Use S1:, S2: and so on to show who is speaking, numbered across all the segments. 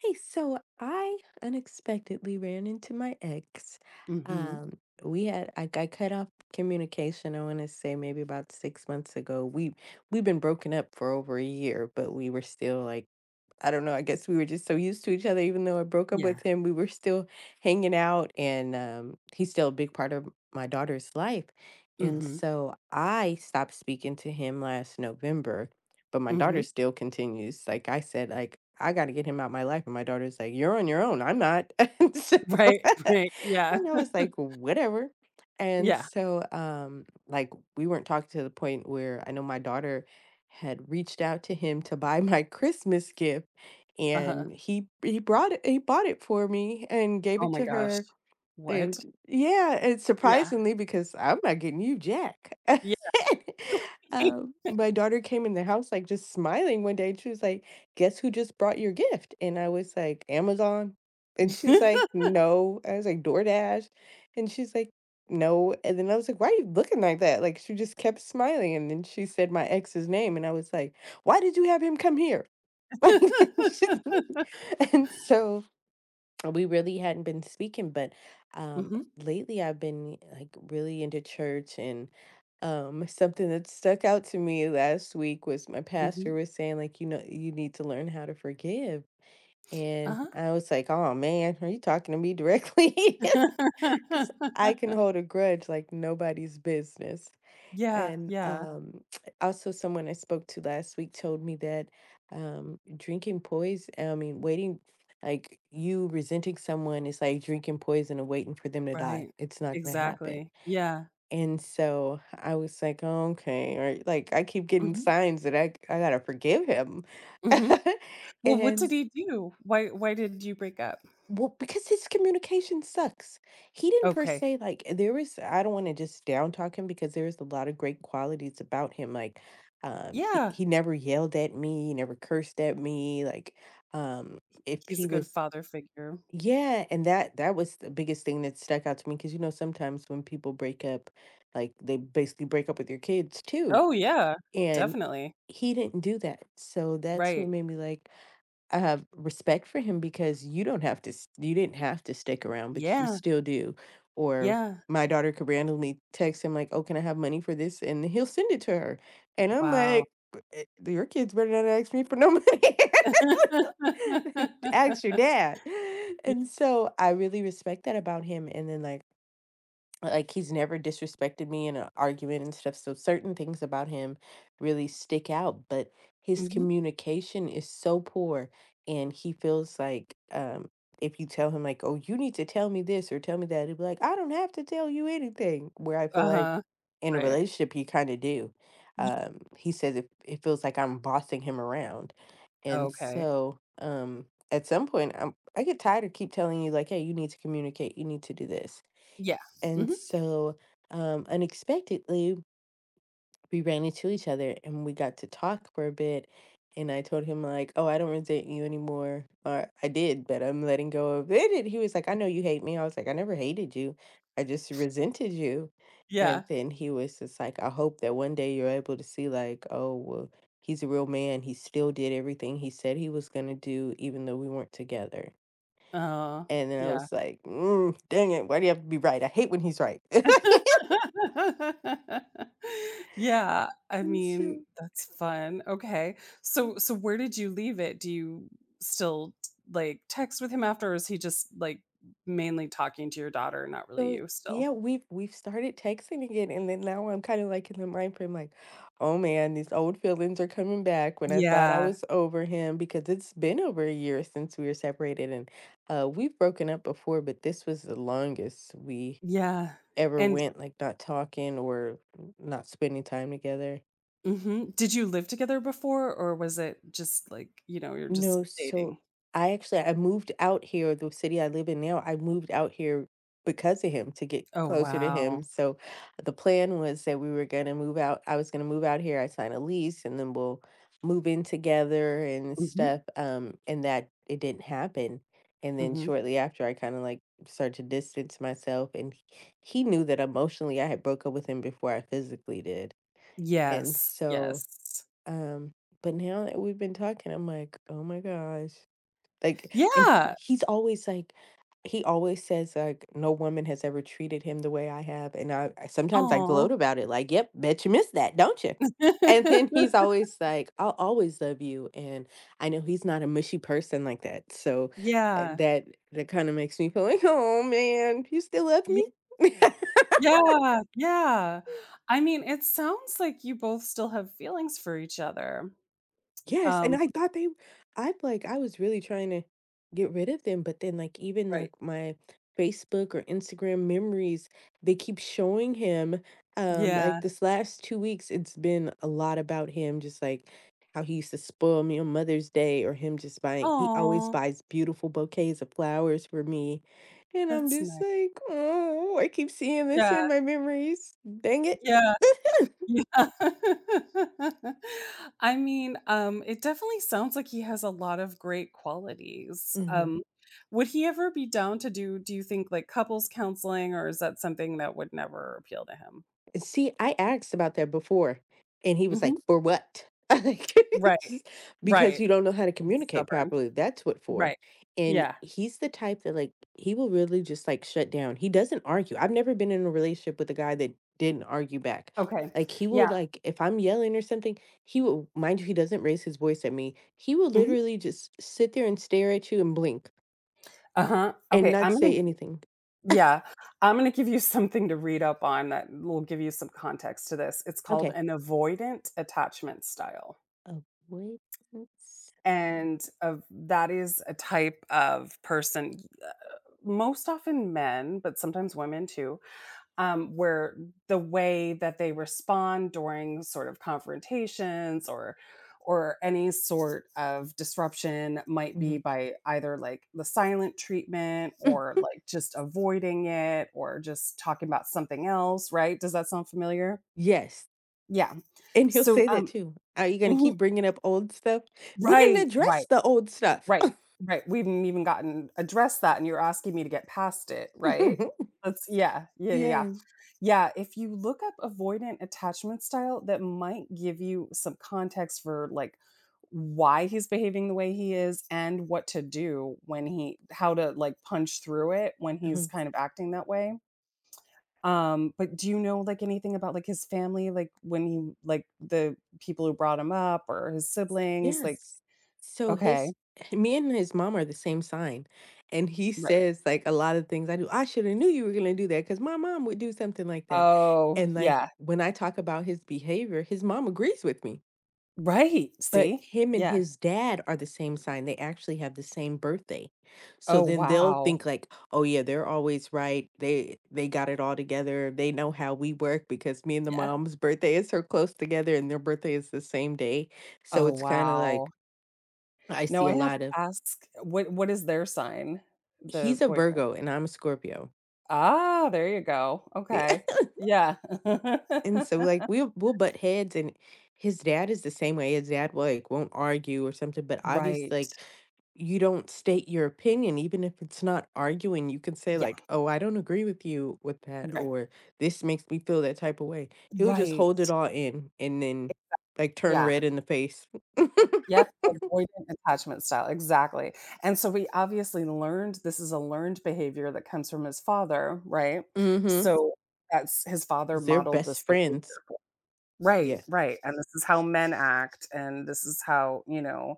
S1: Hey, so I unexpectedly ran into my ex.
S2: Mhm.
S1: Um, we had I cut off communication. I want to say maybe about 6 months ago. We've been broken up for over a year, but we were still like, I don't know. I guess we were just so used to each other. Even though I broke up
S2: Yeah.
S1: with him, we were still hanging out, and he's still a big part of my daughter's life. And
S2: Mhm.
S1: so I stopped speaking to him last November, but my daughter
S2: Mhm.
S1: still continues. Like I said, like, I got to get him out my life, and my daughter's like, "You're on your own. I'm not." And so,
S2: Right,
S1: and
S2: right, yeah,
S1: I was like, "Whatever." And
S2: yeah,
S1: so, like, we weren't talking, to the point where I know my daughter had reached out to him to buy my Christmas gift,
S2: uh-huh.
S1: and he bought it for me and gave
S2: Oh
S1: it
S2: my
S1: to
S2: gosh.
S1: her, and
S2: What?
S1: yeah, and
S2: Yeah.
S1: surprisingly, because I'm not getting you jack.
S2: Yeah.
S1: My daughter came in the house, like, just smiling one day, and she was like, "Guess who just brought your gift?" And I was like, "Amazon." And she's like, "No." I was like, "DoorDash." And she's like, "No." And then I was like, "Why are you looking like that?" Like, she just kept smiling, and then she said my ex's name, and I was like, "Why did you have him come here?" And so, we really hadn't been speaking, but
S2: Mhm,
S1: lately I've been like really into church, and something that stuck out to me last week was my pastor
S2: mhm,
S1: was saying, like, you know, you need to learn how to forgive. And
S2: uh-huh.
S1: I was like, "Oh man, are you talking to me directly?" Cuz I can hold a grudge like nobody's business.
S2: Yeah,
S1: And
S2: yeah,
S1: also, someone I spoke to last week told me that drinking poison, I mean, waiting, like, you resenting someone is like drinking poison and waiting for them to die.
S2: right.
S1: It's not going to happen.
S2: Exactly. Yeah.
S1: And so I was like, oh, okay. Or like, I keep getting
S2: Mhm,
S1: signs that I got to forgive him.
S2: mhm. Well, what did
S1: And
S2: he do? Why did you break up?
S1: well, because his communication sucks. He didn't per
S2: Okay.
S1: se like, there is, I don't want to just down talk him, because there is a lot of great qualities about him. Like, he,
S2: Yeah,
S1: he never yelled at me, he never cursed at me, like um if
S2: he's
S1: he
S2: a good
S1: was,
S2: father figure.
S1: yeah, and that that was the biggest thing that stuck out to me, because, you know, sometimes when people break up, like, they basically break up with your kids too.
S2: Oh, yeah,
S1: And
S2: definitely.
S1: he didn't do that. So that's what
S2: Right.
S1: made me like, I have respect for him, because you don't have to s you didn't have to stick around, but you
S2: Yeah,
S1: still do. Or
S2: yeah.
S1: my daughter could randomly text him like, "Oh, can I have money for this?" and he'll send it to her. And I'm
S2: Wow.
S1: like, "B eh, your kids better not ask me for no money. Ask your dad." And so I really respect that about him, and then, like, he's never disrespected me in an argument and stuff, so certain things about him really stick out, but his
S2: Mhm.
S1: communication is so poor, and he feels like, if you tell him, like, oh, you need to tell me this or tell me that, he'd be like, I don't have to tell you anything, where I feel like
S2: Uh-huh.
S1: in a
S2: Right.
S1: relationship you kind of do.
S2: Ye
S1: He says it feels like I'm bossing him around, and
S2: okay.
S1: so at some point I get tired of keep telling you, like, hey, you need to communicate, you need to do this.
S2: Yeah.
S1: And
S2: Mhm.
S1: so, unexpectedly, we ran into each other and we got to talk for a bit. And I told him, like, oh, I don't resent you anymore. Or I did, but I'm letting go of it. And he was like, I know you hate me. I was like, I never hated you. I just resented you. And
S2: Yeah.
S1: then he was just like, I hope that one day you're able to see, like, oh, well, he's a real man. He still did everything he said he was going to do, even though we weren't together.
S2: Oh,
S1: And then I
S2: yeah.
S1: was like, mm, dang it. Why do you have to be right? I hate when he's right.
S2: Yeah, I
S1: And
S2: mean,
S1: so
S2: that's fun. Okay. So where did you leave it? Do you still, like, text with him after, or is he just, like, mainly talking to your daughter, not really
S1: so
S2: you still?
S1: yeah, we've started texting again, and then now I'm kind of like in the mind frame, like, oh man, these old feelings are coming back, when I thought I
S2: Yeah.
S1: was over him, because it's been over a year since we were separated, and we've broken up before, but this was the longest we
S2: Yeah.
S1: ever
S2: And
S1: went, like, not talking, or not spending time together.
S2: mhm. Did you live together before, or was it just, like, you know, you're
S1: No,
S2: just
S1: so
S2: dating?
S1: I moved out here, the city I live in now, I moved out here because of him, to get
S2: Oh,
S1: closer to
S2: wow.
S1: him. So the plan was that we were gonna move out. I was gonna move out here. I sign a lease, and then we'll move in together and
S2: Mhm,
S1: stuff. And that, it didn't happen. And then
S2: mhm.
S1: shortly after, I kind of like started to distance myself, and he knew that emotionally I had broke up with him before I physically did. And
S2: Yes,
S1: so,
S2: yes.
S1: um, but now that we've been talking, I'm like, "Oh my gosh." Like, and he
S2: Yeah.
S1: he's always like, he always says, like, "No woman has ever treated him the way I have," and I sometimes I
S2: Oh.
S1: gloat about it, like, "Yep, bet you miss that, don't you?" And then he's always like, "I'll always love you," and I know he's not a mushy person like that, so
S2: Yeah.
S1: that that kinda makes me feel like, "Oh, man, you still love
S2: Ye
S1: me?"
S2: yeah, yeah. I mean, it sounds like you both still have feelings for each other.
S1: Yes, and
S2: Um,
S1: I thought they I like, I was really trying to get rid of them, but then, like, even like,
S2: right.
S1: my Facebook or Instagram memories, they keep showing him, like,
S2: Yeah.
S1: this last 2 weeks it's been a lot about him, just like how he used to spoil me on Mother's Day, or him just buying, he always
S2: Oh,
S1: buys beautiful bouquets of flowers for me. And I'm
S2: that's
S1: just
S2: nice.
S1: like, oh, I keep seeing this
S2: Yeah,
S1: in my memories. Dang it.
S2: yeah. Yeah. I mean, it definitely sounds like he has a lot of great qualities.
S1: Mhm.
S2: Would he ever be down to do you think like couples counseling, or is that something that would never appeal to him?
S1: See, I asked about that before, and he was like,
S2: Mhm.
S1: "For what?" Like,
S2: Right.
S1: just because
S2: Right.
S1: you don't know how to
S2: He's
S1: communicate
S2: stubborn.
S1: properly. That's what for.
S2: Right.
S1: And
S2: Yeah.
S1: he's the type that, like, he will really just like shut down. He doesn't argue. I've never been in a relationship with a guy that didn't argue back.
S2: Okay.
S1: Like, he will
S2: Yeah.
S1: like, if I'm yelling or something, he will, mind you, he doesn't raise his voice at me. He will
S2: Mhm.
S1: literally just sit there and stare at you and blink,
S2: Uh-huh.
S1: and
S2: Okay,
S1: not
S2: I'm gonna
S1: say anything.
S2: yeah, I'm gonna give you something to read up on that will give you some context to this. It's called
S1: Okay.
S2: an avoidant attachment style.
S1: Avoidance.
S2: And of that is a type of person, most often men, but sometimes women too, where the way that they respond during sort of confrontations or any sort of disruption might be
S1: Mhm.
S2: by either, like, the silent treatment, or like just avoiding it, or just talking about something else, right? Does that sound familiar?
S1: Yes.
S2: Yeah.
S1: And he'll
S2: So
S1: say that
S2: um
S1: too. Are you going to
S2: mhm,
S1: keep bringing up old stuff? We didn't
S2: right,
S1: address
S2: right.
S1: the old stuff.
S2: Right, right, we haven't even gotten addressed that, and you're asking me to get past it, right? That's yeah, yeah, yeah, yeah.
S1: Yes.
S2: Yeah, if you look up avoidant attachment style, that might give you some context for, like, why he's behaving the way he is, and what to do when he how to, like, punch through it when he's
S1: Uh-huh.
S2: kind of acting that way. But do you know, like, anything about, like, his family, like, when he like, the people who brought him up, or his siblings? Like
S1: Yes. So
S2: okay,
S1: his me and his mom are the same sign. And he
S2: right.
S1: says, like, a lot of things I do, I should have knew you were going to do that, cuz my mom would do something like that.
S2: Oh,
S1: And like,
S2: yeah.
S1: when I talk about his behavior, his mom agrees with me.
S2: Right,
S1: But
S2: see?
S1: him and
S2: Yeah.
S1: his dad are the same sign. They actually have the same birthday. So
S2: Oh,
S1: then they'll
S2: wow.
S1: think like, "Oh yeah, they're always right. They got it all together. They know how we work because me and the
S2: Yeah.
S1: mom's birthday is so close together, and their birthday is the same day." So
S2: Oh,
S1: it's kinda
S2: wow.
S1: like, I
S2: No,
S1: see a
S2: I have
S1: lot
S2: to
S1: of,
S2: ask, what is their sign?
S1: he's
S2: The
S1: a
S2: boyfriend?
S1: Virgo and I'm a Scorpio.
S2: Ah, there you go.
S1: Yeah.
S2: Okay. Yeah.
S1: And so, like, we'll butt heads, and his dad is the same way. His dad will like, won't argue or something, but
S2: Right.
S1: obviously, like, you don't state your opinion. Even if it's not arguing, you can say
S2: Yeah.
S1: like, "Oh, I don't agree with you with that,"
S2: Right.
S1: or "This makes me feel that type of way." He'll just hold
S2: Right.
S1: it all in, and then like turn
S2: Yeah.
S1: red in the face.
S2: Yep, avoidant attachment style, exactly. And so we obviously learned this is a learned behavior that comes from his father, right?
S1: Mhm.
S2: So that's his father
S1: 'Cause they're
S2: modeled
S1: best
S2: this behavior.
S1: friends.
S2: Right,
S1: Yeah.
S2: right, and this is how men act, and this is how, you know,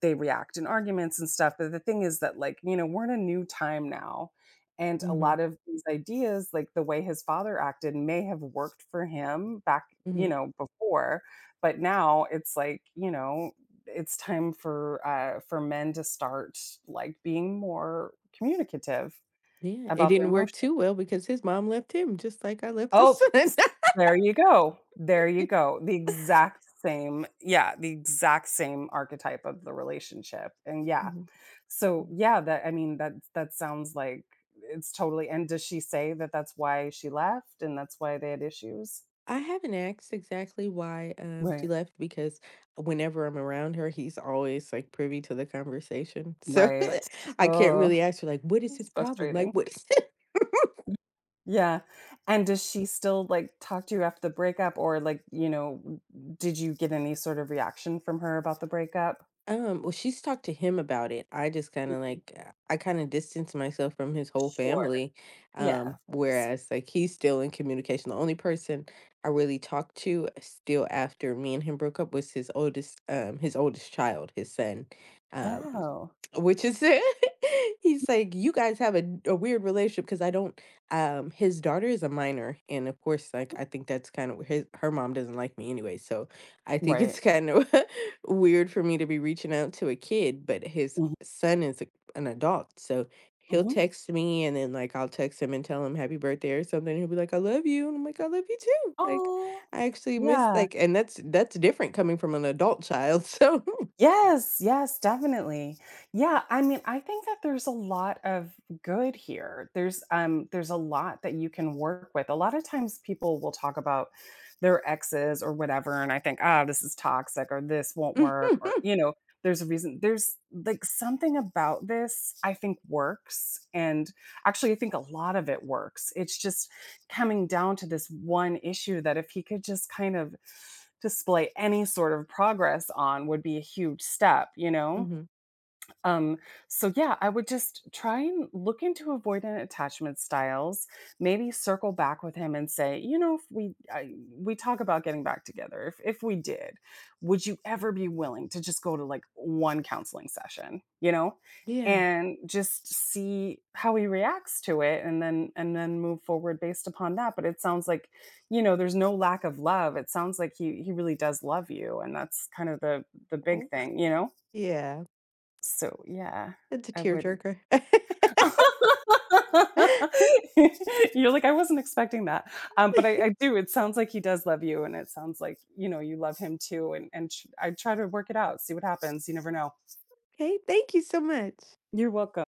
S2: they react in arguments and stuff, but the thing is that, like, you know, we're in a new time now, and a
S1: Mhm.
S2: lot of these ideas, like the way his father acted may have worked for him back, you
S1: Mhm.
S2: know, before, but now it's like, you know, it's time for men to start, like, being more communicative
S1: Yeah, it
S2: about their
S1: didn't work
S2: emotions.
S1: too well, because his mom left him just like I left the
S2: Oh,
S1: son.
S2: s there you go. There you go. The exact same yeah, the exact same archetype of the relationship, and yeah. So, yeah, that I mean, that that sounds like it's totally and does she say that that's why she left, and that's why they had issues?
S1: I haven't asked exactly why, she
S2: Right.
S1: left, because whenever I'm around her, he's always, like, privy to the conversation. So,
S2: Right.
S1: I can't
S2: Oh,
S1: really ask her, like, "What is
S2: it's
S1: his problem?" Like,
S2: frustrating.
S1: "What is"
S2: Yeah, and does she still, like, talk to you after the breakup, or, like, you know, did you get any sort of reaction from her about the breakup?
S1: Well, she's talked to him about it. I just kind of
S2: Mhm.
S1: like, I kind of distanced myself from his whole
S2: Sure.
S1: family.
S2: Yeah, of course.
S1: Whereas, like, he's still in communication. The only person I really talked to still after me and him broke up was his oldest child, his son. Um,
S2: Oh,
S1: which is, he's like, you guys have a weird relationship, because I don't his daughter is a minor, and of course, like,
S2: mhm,
S1: I think that's kind of, his her mom doesn't like me anyway, so I think
S2: right.
S1: it's kind of weird for me to be reaching out to a kid, but his
S2: Mhm,
S1: son is a, an adult. So he'll
S2: mhm.
S1: text me, and then, like, I'll text him and tell him happy birthday or something. He'll be like, I love you. And I'm like, I love you too. Like,
S2: Oh,
S1: I actually miss,
S2: yeah.
S1: like, and that's different, coming from an adult child. So
S2: Yes, yes, definitely. Yeah, I mean, I think that there's a lot of good here. There's a lot that you can work with. A lot of times people will talk about their exes or whatever, and I think, "Ah, this is toxic," or "This won't work," or, you know, there's a reason there's, like, something about this I think works, and actually I think a lot of it works. It's just coming down to this one issue that if he could just kind of display any sort of progress on would be a huge step, you know?
S1: Mhm.
S2: Um, so yeah, I would just try and look into avoidant attachment styles. Maybe circle back with him and say, you know, if we I, we talk about getting back together, if we did, would you ever be willing to just go to like one counseling session, you know,
S1: Yeah.
S2: and just see how he reacts to it, and then move forward based upon that. But it sounds like, you know, there's no lack of love. It sounds like he really does love you, and that's kind of the big
S1: Oh.
S2: thing, you know,
S1: Yeah.
S2: so, yeah,
S1: That's a
S2: I would
S1: tearjerker.
S2: You're like, "I wasn't expecting that." But I do, it sounds like he does love you, and it sounds like, you know, you love him too, and ch I try to work it out, see what happens, you never know.
S1: Okay. Thank you so much.
S2: You're welcome.